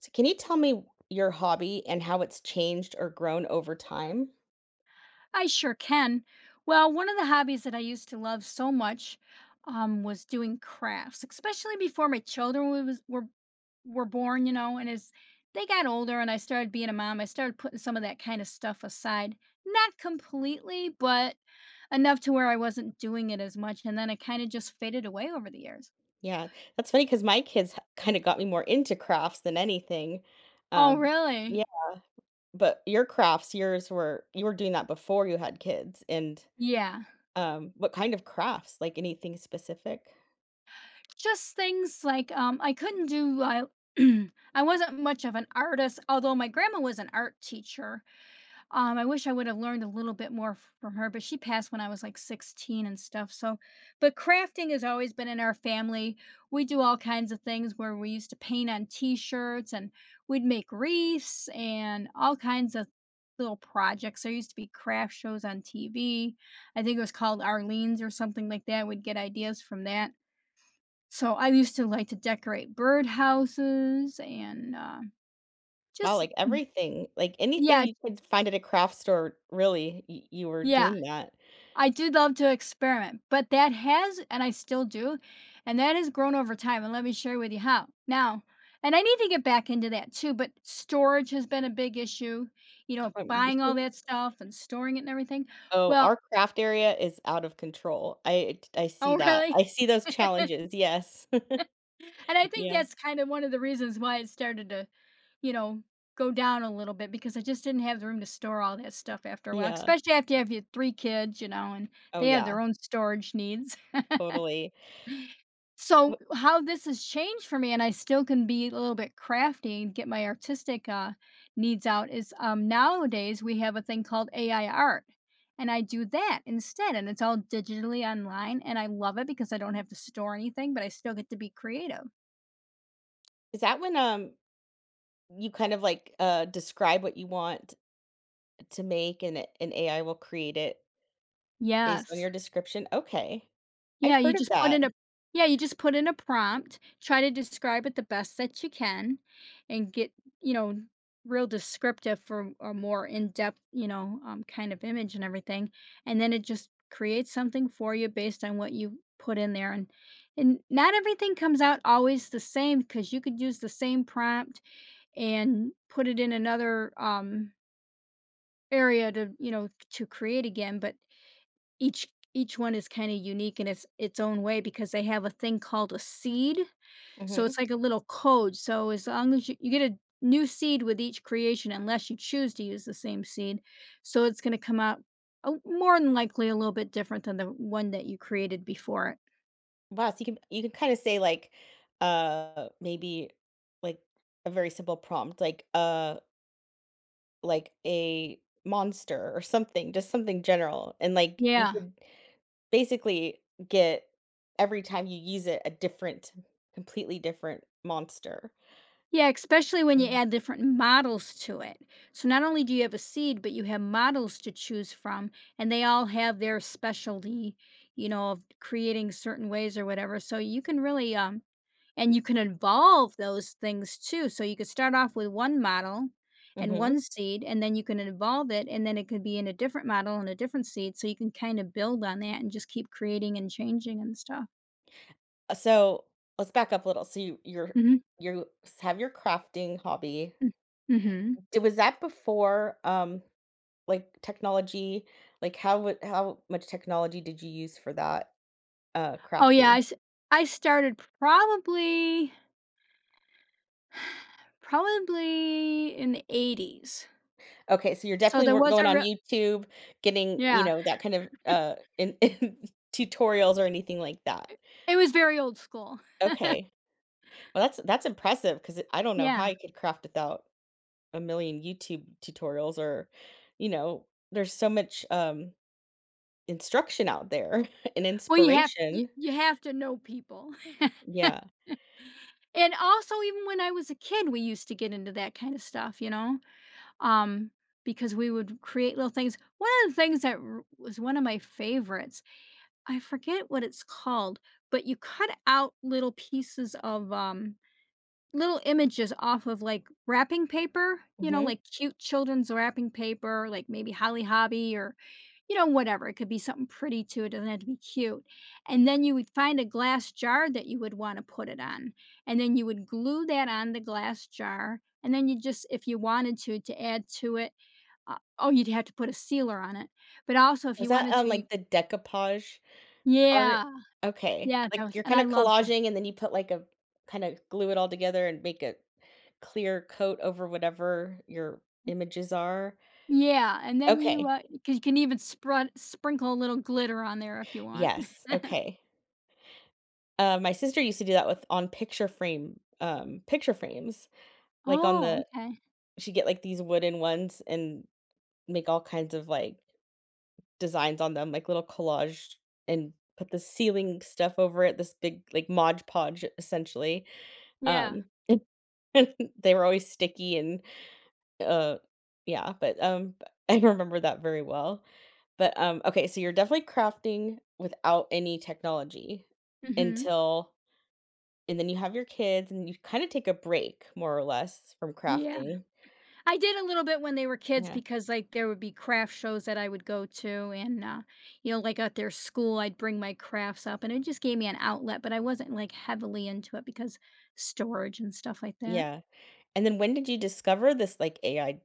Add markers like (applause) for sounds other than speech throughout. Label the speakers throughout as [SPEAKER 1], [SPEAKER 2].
[SPEAKER 1] So can you tell me your hobby and how it's changed or grown over time?
[SPEAKER 2] I sure can. Well, one of the hobbies that I used to love so much, was doing crafts, especially before my children were were born. You know, and as they got older and I started being a mom, I started putting some of that kind of stuff aside. Not completely, but enough to where I wasn't doing it as much, and then it kind of just faded away over the years.
[SPEAKER 1] Yeah, that's funny because my kids kinda got me more into crafts than anything.
[SPEAKER 2] Oh,
[SPEAKER 1] Um, yeah,
[SPEAKER 2] really?
[SPEAKER 1] but your crafts, yours were you were doing that before you had kids, and,
[SPEAKER 2] Yeah,
[SPEAKER 1] what kind of crafts? Like, anything specific?
[SPEAKER 2] just things like I couldn't do. I (clears throat) I wasn't much of an artist, although my grandma was an art teacher. I wish I would have learned a little bit more from her, but she passed when I was like 16 and stuff. So, but crafting has always been in our family. We do all kinds of things where we used to paint on t shirts and we'd make wreaths and all kinds of little projects. There used to be craft shows on TV. I think it was called Arlene's or something like that. We'd get ideas from that. So, I used to like to decorate birdhouses and,
[SPEAKER 1] Wow,
[SPEAKER 2] just,
[SPEAKER 1] like, everything, like, anything
[SPEAKER 2] yeah,
[SPEAKER 1] you could find at a craft store, really, y you were
[SPEAKER 2] yeah.
[SPEAKER 1] doing that.
[SPEAKER 2] I do love to experiment, but that has, and I still do, and that has grown over time. And let me share with you how. Now, and I need to get back into that too, but storage has been a big issue, you know,
[SPEAKER 1] Um,
[SPEAKER 2] buying all that
[SPEAKER 1] (laughs)
[SPEAKER 2] stuff and storing it and everything.
[SPEAKER 1] oh,
[SPEAKER 2] Well,
[SPEAKER 1] our craft area is out of control. I
[SPEAKER 2] oh,
[SPEAKER 1] see that.
[SPEAKER 2] really?
[SPEAKER 1] I
[SPEAKER 2] (laughs)
[SPEAKER 1] see those challenges, yes.
[SPEAKER 2] And I think
[SPEAKER 1] Yeah,
[SPEAKER 2] that's kind of one of the reasons why it started to, you know, go down a little bit because I just didn't have the room to store all that stuff after a while,
[SPEAKER 1] yeah.
[SPEAKER 2] especially after you have your three kids, you know, and
[SPEAKER 1] Oh,
[SPEAKER 2] they have
[SPEAKER 1] yeah,
[SPEAKER 2] their own storage needs.
[SPEAKER 1] totally. Wh
[SPEAKER 2] So, how this has changed for me, and I still can be a little bit crafty and get my artistic needs out, is nowadays we have a thing called AI art. And I do that instead. And it's all digitally online. And I love it because I don't have to store anything, but I still get to be creative.
[SPEAKER 1] Is that when, you kind of, like, describe what you want to make and a an AI will create it based on
[SPEAKER 2] Yes.
[SPEAKER 1] your description? Okay. I've
[SPEAKER 2] Yeah, you
[SPEAKER 1] heard of
[SPEAKER 2] just put in a
[SPEAKER 1] that.
[SPEAKER 2] yeah, you just put in a prompt, try to describe it the best that you can, and get, you know, real descriptive for a more in-depth, you know, kind of image and everything, and then it just creates something for you based on what you put in there, and not everything comes out always the same because you could use the same prompt and put it in another, area to, you know, to create again, but each each one is kinda unique in its own way because they have a thing called a seed, so it's
[SPEAKER 1] Mhm.
[SPEAKER 2] like a little code, so as long as you get a new seed with each creation unless you choose to use the same seed, so it's gonna come out, oh, more than likely a little bit different than the one that you created before it.
[SPEAKER 1] Wow, so you can kinda say, like, maybe, like, a very simple prompt, like, a monster or something, just something general, and, like, you
[SPEAKER 2] Yeah.
[SPEAKER 1] could basically get every time you use it a different completely different monster.
[SPEAKER 2] Yeah, especially when you
[SPEAKER 1] Yeah.
[SPEAKER 2] add different models to it. So not only do you have a seed, but you have models to choose from, and they all have their specialty, you know, of creating certain ways or whatever. So you can really and you can evolve those things too. So you could start off with one model and one
[SPEAKER 1] Mhm.
[SPEAKER 2] seed, and then you can evolve it, and then it could be in a different model and a different seed. So you can kind of build on that and just keep creating and changing and stuff.
[SPEAKER 1] Uh, so, let's back up a little. So
[SPEAKER 2] Mm-hmm.
[SPEAKER 1] you s have your crafting hobby.
[SPEAKER 2] Mm-hmm.
[SPEAKER 1] It was that before, like, technology? Like, how much technology did you use for that,
[SPEAKER 2] Oh, yeah,
[SPEAKER 1] crafting?
[SPEAKER 2] I started probably (sighs) probably in the '80s,
[SPEAKER 1] Okay, so you're
[SPEAKER 2] so
[SPEAKER 1] definitely
[SPEAKER 2] there
[SPEAKER 1] were going
[SPEAKER 2] wasn't
[SPEAKER 1] on
[SPEAKER 2] real.
[SPEAKER 1] YouTube, getting, you
[SPEAKER 2] Yeah,
[SPEAKER 1] know, that kind of, in (laughs) in tutorials or anything like that.
[SPEAKER 2] it was very old school.
[SPEAKER 1] Okay. Well, that's impressive because I don't know
[SPEAKER 2] Yeah,
[SPEAKER 1] how you could craft without a million YouTube tutorials or, you know, there's so much, instruction out there (laughs) and
[SPEAKER 2] well, you have you
[SPEAKER 1] inspiration.
[SPEAKER 2] you have to know people. (laughs)
[SPEAKER 1] Yeah.
[SPEAKER 2] And also, even when I was a kid, we used to get into that kind of stuff, you know, um, because we would create little things. One of the things that r was one of my favorites, I forget what it's called, but you cut out little pieces of, little images off of, like, wrapping paper, you know,
[SPEAKER 1] Mhm.
[SPEAKER 2] like cute children's wrapping paper, like maybe Holly Hobby or, you know, whatever. It could be something pretty too, it doesn't have to be cute, and then you would find a glass jar that you would wanna put it on, and then you would glue that on the glass jar, and then you just if you wanted to add to it, uh oh, you'd have to put a sealer on it, but also if
[SPEAKER 1] Was
[SPEAKER 2] you
[SPEAKER 1] that
[SPEAKER 2] wanted to,
[SPEAKER 1] on,
[SPEAKER 2] you.
[SPEAKER 1] like, the decoupage? Art?
[SPEAKER 2] Yeah,
[SPEAKER 1] Okay.
[SPEAKER 2] yeah, that
[SPEAKER 1] Like,
[SPEAKER 2] was
[SPEAKER 1] you're
[SPEAKER 2] and I
[SPEAKER 1] kinda
[SPEAKER 2] love.
[SPEAKER 1] collaging and then you put, like, a kinda glue it all together and make a clear coat over whatever your images are?
[SPEAKER 2] Yeah, and then you,
[SPEAKER 1] Okay.
[SPEAKER 2] 'cause you can even sprut sprinkle a little glitter on there if you want.
[SPEAKER 1] Yes,
[SPEAKER 2] (laughs)
[SPEAKER 1] okay. My sister used to do that with on picture frames, like, on
[SPEAKER 2] Oh,
[SPEAKER 1] the
[SPEAKER 2] okay.
[SPEAKER 1] she'd get, like, these wooden ones and make all kinds of, like, designs on them, like, little collage and put the ceiling stuff over it, this big, like, Mod Podge essentially,
[SPEAKER 2] Yeah.
[SPEAKER 1] um (laughs) (laughs) They were always sticky and, uh yeah, but, (laughs) I remember that very well. But, okay, so you're definitely crafting without any technology
[SPEAKER 2] Mhm.
[SPEAKER 1] until and then you have your kids and you kinda take a break more or less from
[SPEAKER 2] Yeah.
[SPEAKER 1] crafting.
[SPEAKER 2] I did a little bit when they were kids
[SPEAKER 1] Yeah,
[SPEAKER 2] because, like, there would be craft shows that I would go to and, you know, like, at their school, I'd bring my crafts up, and it just gave me an outlet, but I wasn't, like, heavily into it because storage and stuff like that.
[SPEAKER 1] yeah. And then when did you discover this, like, AI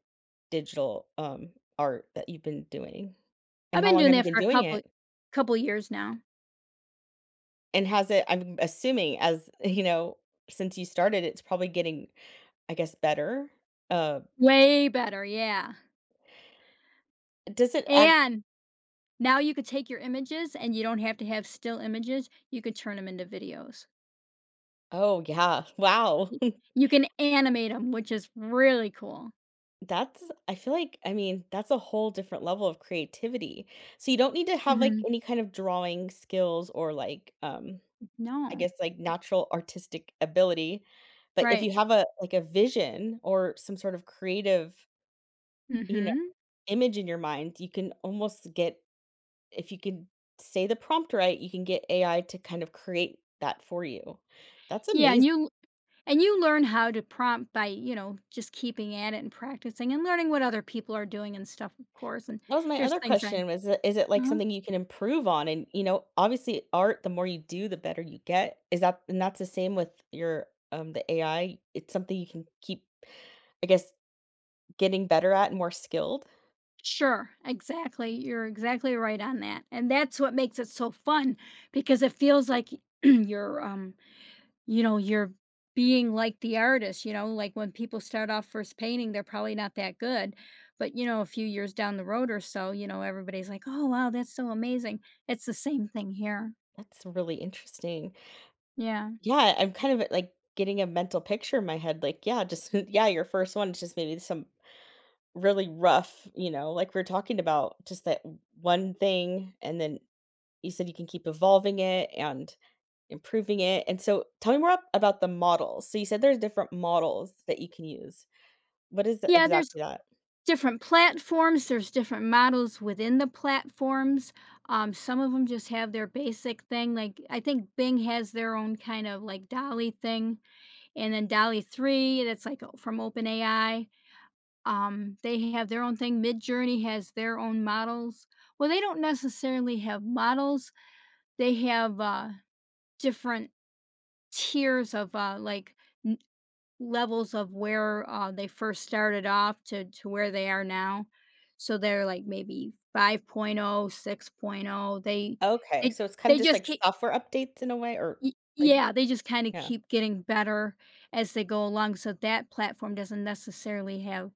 [SPEAKER 1] digital, art that you've been doing? And
[SPEAKER 2] I've
[SPEAKER 1] how
[SPEAKER 2] been
[SPEAKER 1] long
[SPEAKER 2] doing
[SPEAKER 1] have you
[SPEAKER 2] that
[SPEAKER 1] been
[SPEAKER 2] for a
[SPEAKER 1] doing
[SPEAKER 2] couple
[SPEAKER 1] it?
[SPEAKER 2] couple years now.
[SPEAKER 1] And has it I'm assuming as (laughs) you know, since you started, it's probably getting, I guess, better, uh
[SPEAKER 2] Way better, yeah,
[SPEAKER 1] Does it act
[SPEAKER 2] and now you could take your images and you don't have to have still images, you could turn them into videos.
[SPEAKER 1] Oh, yeah. Wow.
[SPEAKER 2] Y
[SPEAKER 1] (laughs)
[SPEAKER 2] You can animate them, which is really cool.
[SPEAKER 1] That's I feel like I mean, that's a whole different level of creativity. So you don't need to have, like,
[SPEAKER 2] Mhm.
[SPEAKER 1] any kind of drawing skills or, like, I
[SPEAKER 2] No.
[SPEAKER 1] guess, like, natural artistic ability, but if
[SPEAKER 2] Right.
[SPEAKER 1] you have a like, a vision or some sort of creative, you know,
[SPEAKER 2] Mhm.
[SPEAKER 1] image in your mind, you can almost get if you can say the prompt right, you can get AI to kind of create that for you. That's
[SPEAKER 2] Yeah,
[SPEAKER 1] amazing.
[SPEAKER 2] and you learn how to prompt by, you know, just keeping at it and practicing and learning what other people are doing and stuff, of course, and
[SPEAKER 1] That was my
[SPEAKER 2] there's
[SPEAKER 1] other
[SPEAKER 2] things on.
[SPEAKER 1] question was it is it like
[SPEAKER 2] Mhm.
[SPEAKER 1] something you can improve on? And, you know, obviously art, the more you do, the better you get. Is that And that's the same with your the AI. It's something you can keep, I guess, getting better at and more skilled.
[SPEAKER 2] Sure, exactly, you're exactly right on that, and that's what makes it so fun because it feels like (clears throat) you're, um you know, you're being like the artist, you know, like when people start off first painting, they're probably not that good. But, you know, a few years down the road or so, you know, everybody's like, oh, wow, that's so amazing. It's the same thing here.
[SPEAKER 1] That's really interesting.
[SPEAKER 2] Yeah.
[SPEAKER 1] Yeah, I'm kind of like getting a mental picture in my head. Like, yeah, just (laughs) yeah, your first one is just maybe some really rough, you know, like we're talking about just that one thing and then you said you can keep evolving it and improving it, and so tell me more ab about the models. So you said there's different models that you can use. What is the
[SPEAKER 2] Yeah. There's
[SPEAKER 1] exactly that?
[SPEAKER 2] different platforms, there's different models within the platforms. Some of them just have their basic thing. Like, I think Bing has their own kind of like Dolly thing. And then Dolly 3, that's like from OpenAI. They have their own thing. Midjourney has their own models. Well, they don't necessarily have models. They have different tiers of n- levels of where, they first started off to where they are now. So they're like maybe 5.0, 6.0.
[SPEAKER 1] Okay,
[SPEAKER 2] They
[SPEAKER 1] so it's kinda
[SPEAKER 2] they
[SPEAKER 1] just
[SPEAKER 2] just
[SPEAKER 1] like
[SPEAKER 2] keep
[SPEAKER 1] software updates in a way or like
[SPEAKER 2] yeah, they just kind of
[SPEAKER 1] yeah.
[SPEAKER 2] keep getting better as they go along. So that platform doesn't necessarily have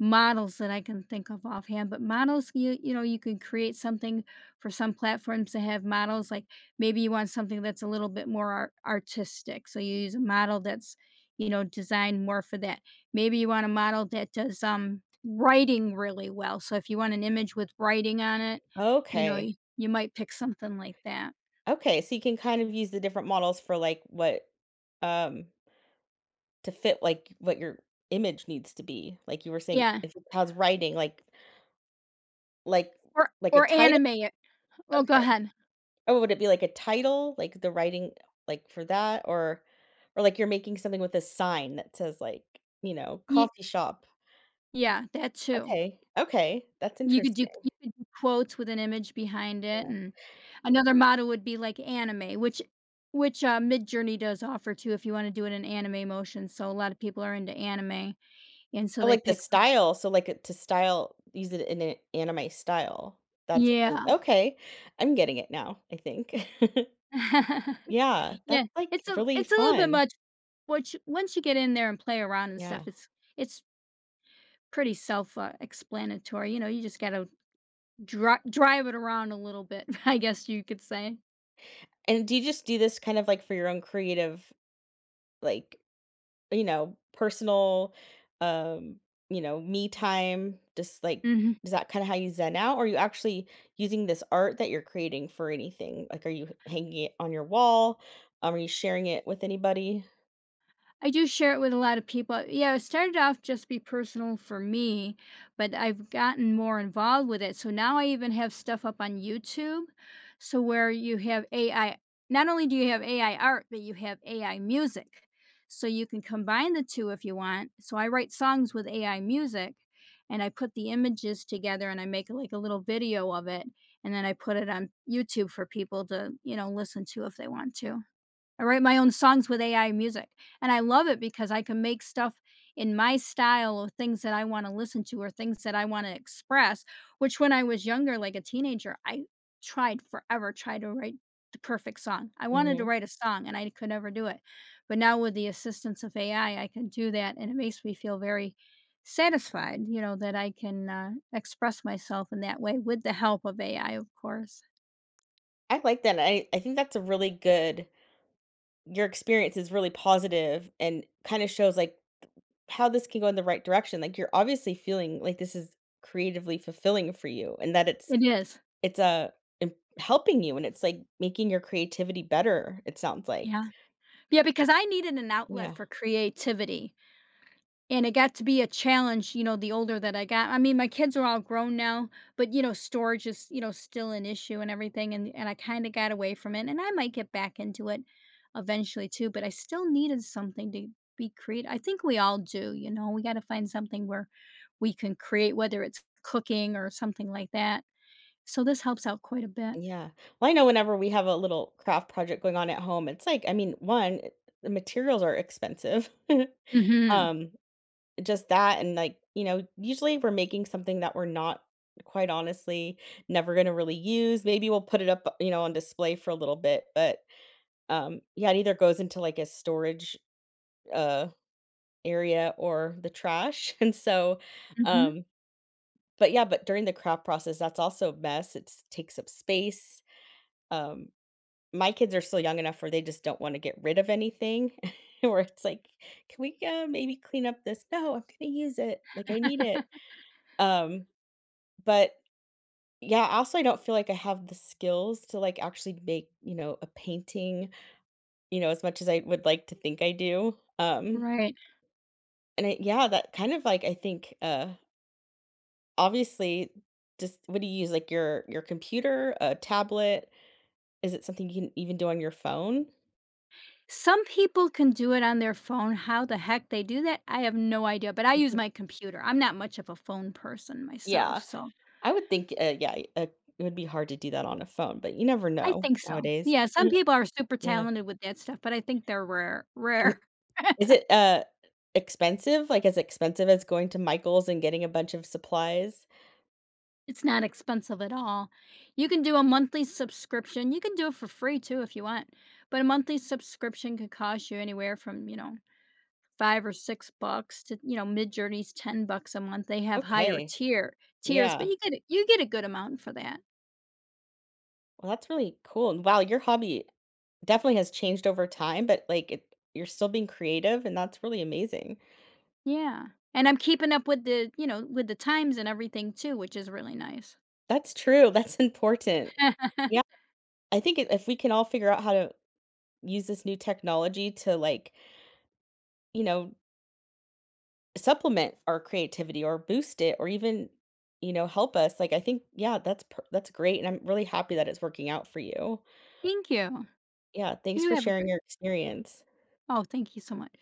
[SPEAKER 2] models that I can think of offhand, but models, you know, you can create something for some platforms to have models. Like maybe you want something that's a little bit more artistic, so you use a model that's, you know, designed more for that. Maybe you want a model that does writing really well. So if you want an image with writing on it, you know,
[SPEAKER 1] Okay.
[SPEAKER 2] you might pick something like that.
[SPEAKER 1] Okay, so you can kind of use the different models for, like, what, um to fit, like, what your image needs to be. Like you were saying,
[SPEAKER 2] Yeah,
[SPEAKER 1] if it has writing, like like a
[SPEAKER 2] or
[SPEAKER 1] title?
[SPEAKER 2] animate it. Well, go
[SPEAKER 1] Okay.
[SPEAKER 2] ahead.
[SPEAKER 1] Oh, would it be like a title? Like the writing like for that or like you're making something with a sign that says like, you know,
[SPEAKER 2] Ye-
[SPEAKER 1] coffee shop.
[SPEAKER 2] Yeah, that too.
[SPEAKER 1] Okay. Okay. That's interesting.
[SPEAKER 2] You could do quotes with an image behind it,
[SPEAKER 1] Yeah.
[SPEAKER 2] and another model would be like anime, which, Midjourney does offer too if you wanna do it in anime motion, so a lot of people are into anime, and so
[SPEAKER 1] I
[SPEAKER 2] they
[SPEAKER 1] like the
[SPEAKER 2] pick.
[SPEAKER 1] style. So like it to style, use it in an anime style. That's what the
[SPEAKER 2] Yeah.
[SPEAKER 1] okay. I'm getting it now, I think. (laughs)
[SPEAKER 2] (laughs)
[SPEAKER 1] Yeah,
[SPEAKER 2] Yeah,
[SPEAKER 1] that's like really
[SPEAKER 2] it's a little bit
[SPEAKER 1] fun.
[SPEAKER 2] much, which once you get in there and play around and stuff,
[SPEAKER 1] Yeah.
[SPEAKER 2] it's pretty self, explanatory, you know, you just gotta drive it around a little bit, (laughs) I guess you could say.
[SPEAKER 1] And do you just do this kind of like for your own creative like you know, personal, um, you know, me time, just like
[SPEAKER 2] Mhm.
[SPEAKER 1] is that kind of how you zen out? Or are you actually using this art that you're creating for anything? Like, are you hanging it on your wall? Are you sharing it with anybody?
[SPEAKER 2] I do share it with a lot of people. Yeah, it started off just be personal for me, but I've gotten more involved with it. So now I even have stuff up on YouTube. So where you have AI, not only do you have AI art, but you have AI music. So you can combine the two if you want. So I write songs with AI music and I put the images together and I make like a little video of it. And then I put it on YouTube for people to, you know, listen to if they want to. I write my own songs with AI music, and I love it because I can make stuff in my style of things that I wanna listen to or things that I wanna express, which when I was younger, like a teenager, I tried forever, tried to write the perfect song. I wanted to
[SPEAKER 1] Hmm.
[SPEAKER 2] write a song and I could never do it. But now with the assistance of AI, I can do that, and it makes me feel very satisfied, you know, that I can, express myself in that way with the help of AI, of course.
[SPEAKER 1] I like that. I think that's a really good, your experience is really positive and kind of shows like how this can go in the right direction. Like, you're obviously feeling like this is creatively fulfilling for you and that
[SPEAKER 2] It is.
[SPEAKER 1] It's, a imp helping you, and it's, like, making your creativity better, it sounds like.
[SPEAKER 2] Yeah. Yeah, because I needed an outlet
[SPEAKER 1] Yeah,
[SPEAKER 2] for creativity, and it got to be a challenge, you know, the older that I got. I mean, my kids are all grown now, but, you know, storage is, you know, still an issue and everything, and I kinda got away from it, and I might get back into it eventually too, but I still needed something to be creative. I think we all do, you know? We gotta find something where we can create, whether it's cooking or something like that. So this helps out quite a bit.
[SPEAKER 1] yeah. Well, I know whenever we have a little craft project going on at home, it's like I mean, 1, the materials are expensive. (laughs)
[SPEAKER 2] Mhm.
[SPEAKER 1] Um, just that and, like, you know, usually we're making something that we're not, quite honestly, never gonna really use. Maybe we'll put it up, you know, on display for a little bit, but, yeah, it either goes into, like, a storage, uh, area or the trash, (laughs) and so,
[SPEAKER 2] Mhm.
[SPEAKER 1] um but yeah, but during the craft process, that's also a mess. It takes up space. Um, my kids are still young enough where they just don't wanna get rid of anything, (laughs) where it's like, "Can we, maybe clean up this?" "No, I'm gonna use it, like, I need it."
[SPEAKER 2] (laughs)
[SPEAKER 1] Um, but yeah, also, I don't feel like I have the skills to, like, actually make, you know, a painting, you know, as much as I would like to think I do.
[SPEAKER 2] Right.
[SPEAKER 1] And I yeah, that kind of, like, I think, obviously, just what do you use, like, your computer, a tablet? Is it something you can even do on your phone?
[SPEAKER 2] Some people can do it on their phone. How the heck they do that, I have no idea, but I use
[SPEAKER 1] Mhm.
[SPEAKER 2] my computer. I'm not much of a phone person myself,
[SPEAKER 1] Yeah,
[SPEAKER 2] so
[SPEAKER 1] I would think, it would be hard to do that on a phone, but you never
[SPEAKER 2] I
[SPEAKER 1] know
[SPEAKER 2] think so.
[SPEAKER 1] nowadays.
[SPEAKER 2] Yeah, some
[SPEAKER 1] (laughs)
[SPEAKER 2] people are super
[SPEAKER 1] Yeah.
[SPEAKER 2] talented with that stuff, but I think they're
[SPEAKER 1] And
[SPEAKER 2] rare. (laughs)
[SPEAKER 1] is it, expensive? Like, as expensive as going to Michael's and getting a bunch of supplies?
[SPEAKER 2] It's not expensive at all. You can do a monthly subscription. You can do it for free too if you want, but a monthly subscription could cost you anywhere from, you know, 5 or 6 bucks to, you know, Midjourney's 10 bucks a month. They have higher
[SPEAKER 1] Okay,
[SPEAKER 2] tier tiers, but
[SPEAKER 1] yeah.
[SPEAKER 2] you get a good amount for that.
[SPEAKER 1] Well, that's really cool, and wow, your hobby definitely has changed over time, but, like, it you're still being creative, and that's really amazing.
[SPEAKER 2] Yeah, and I'm keeping up with the you know, with the times and everything too, which is really nice.
[SPEAKER 1] That's true, (laughs) that's important. Yeah,
[SPEAKER 2] (laughs)
[SPEAKER 1] I think if we can all figure out how to use this new technology to like, you know, supplement our creativity or boost it or even, you know, help us. Like I think, yeah, that's that's great, and I'm really happy that it's working out for you.
[SPEAKER 2] Thank you.
[SPEAKER 1] Yeah, thanks
[SPEAKER 2] You
[SPEAKER 1] for
[SPEAKER 2] have a
[SPEAKER 1] sharing
[SPEAKER 2] great
[SPEAKER 1] your experience.
[SPEAKER 2] Oh, thank you so much.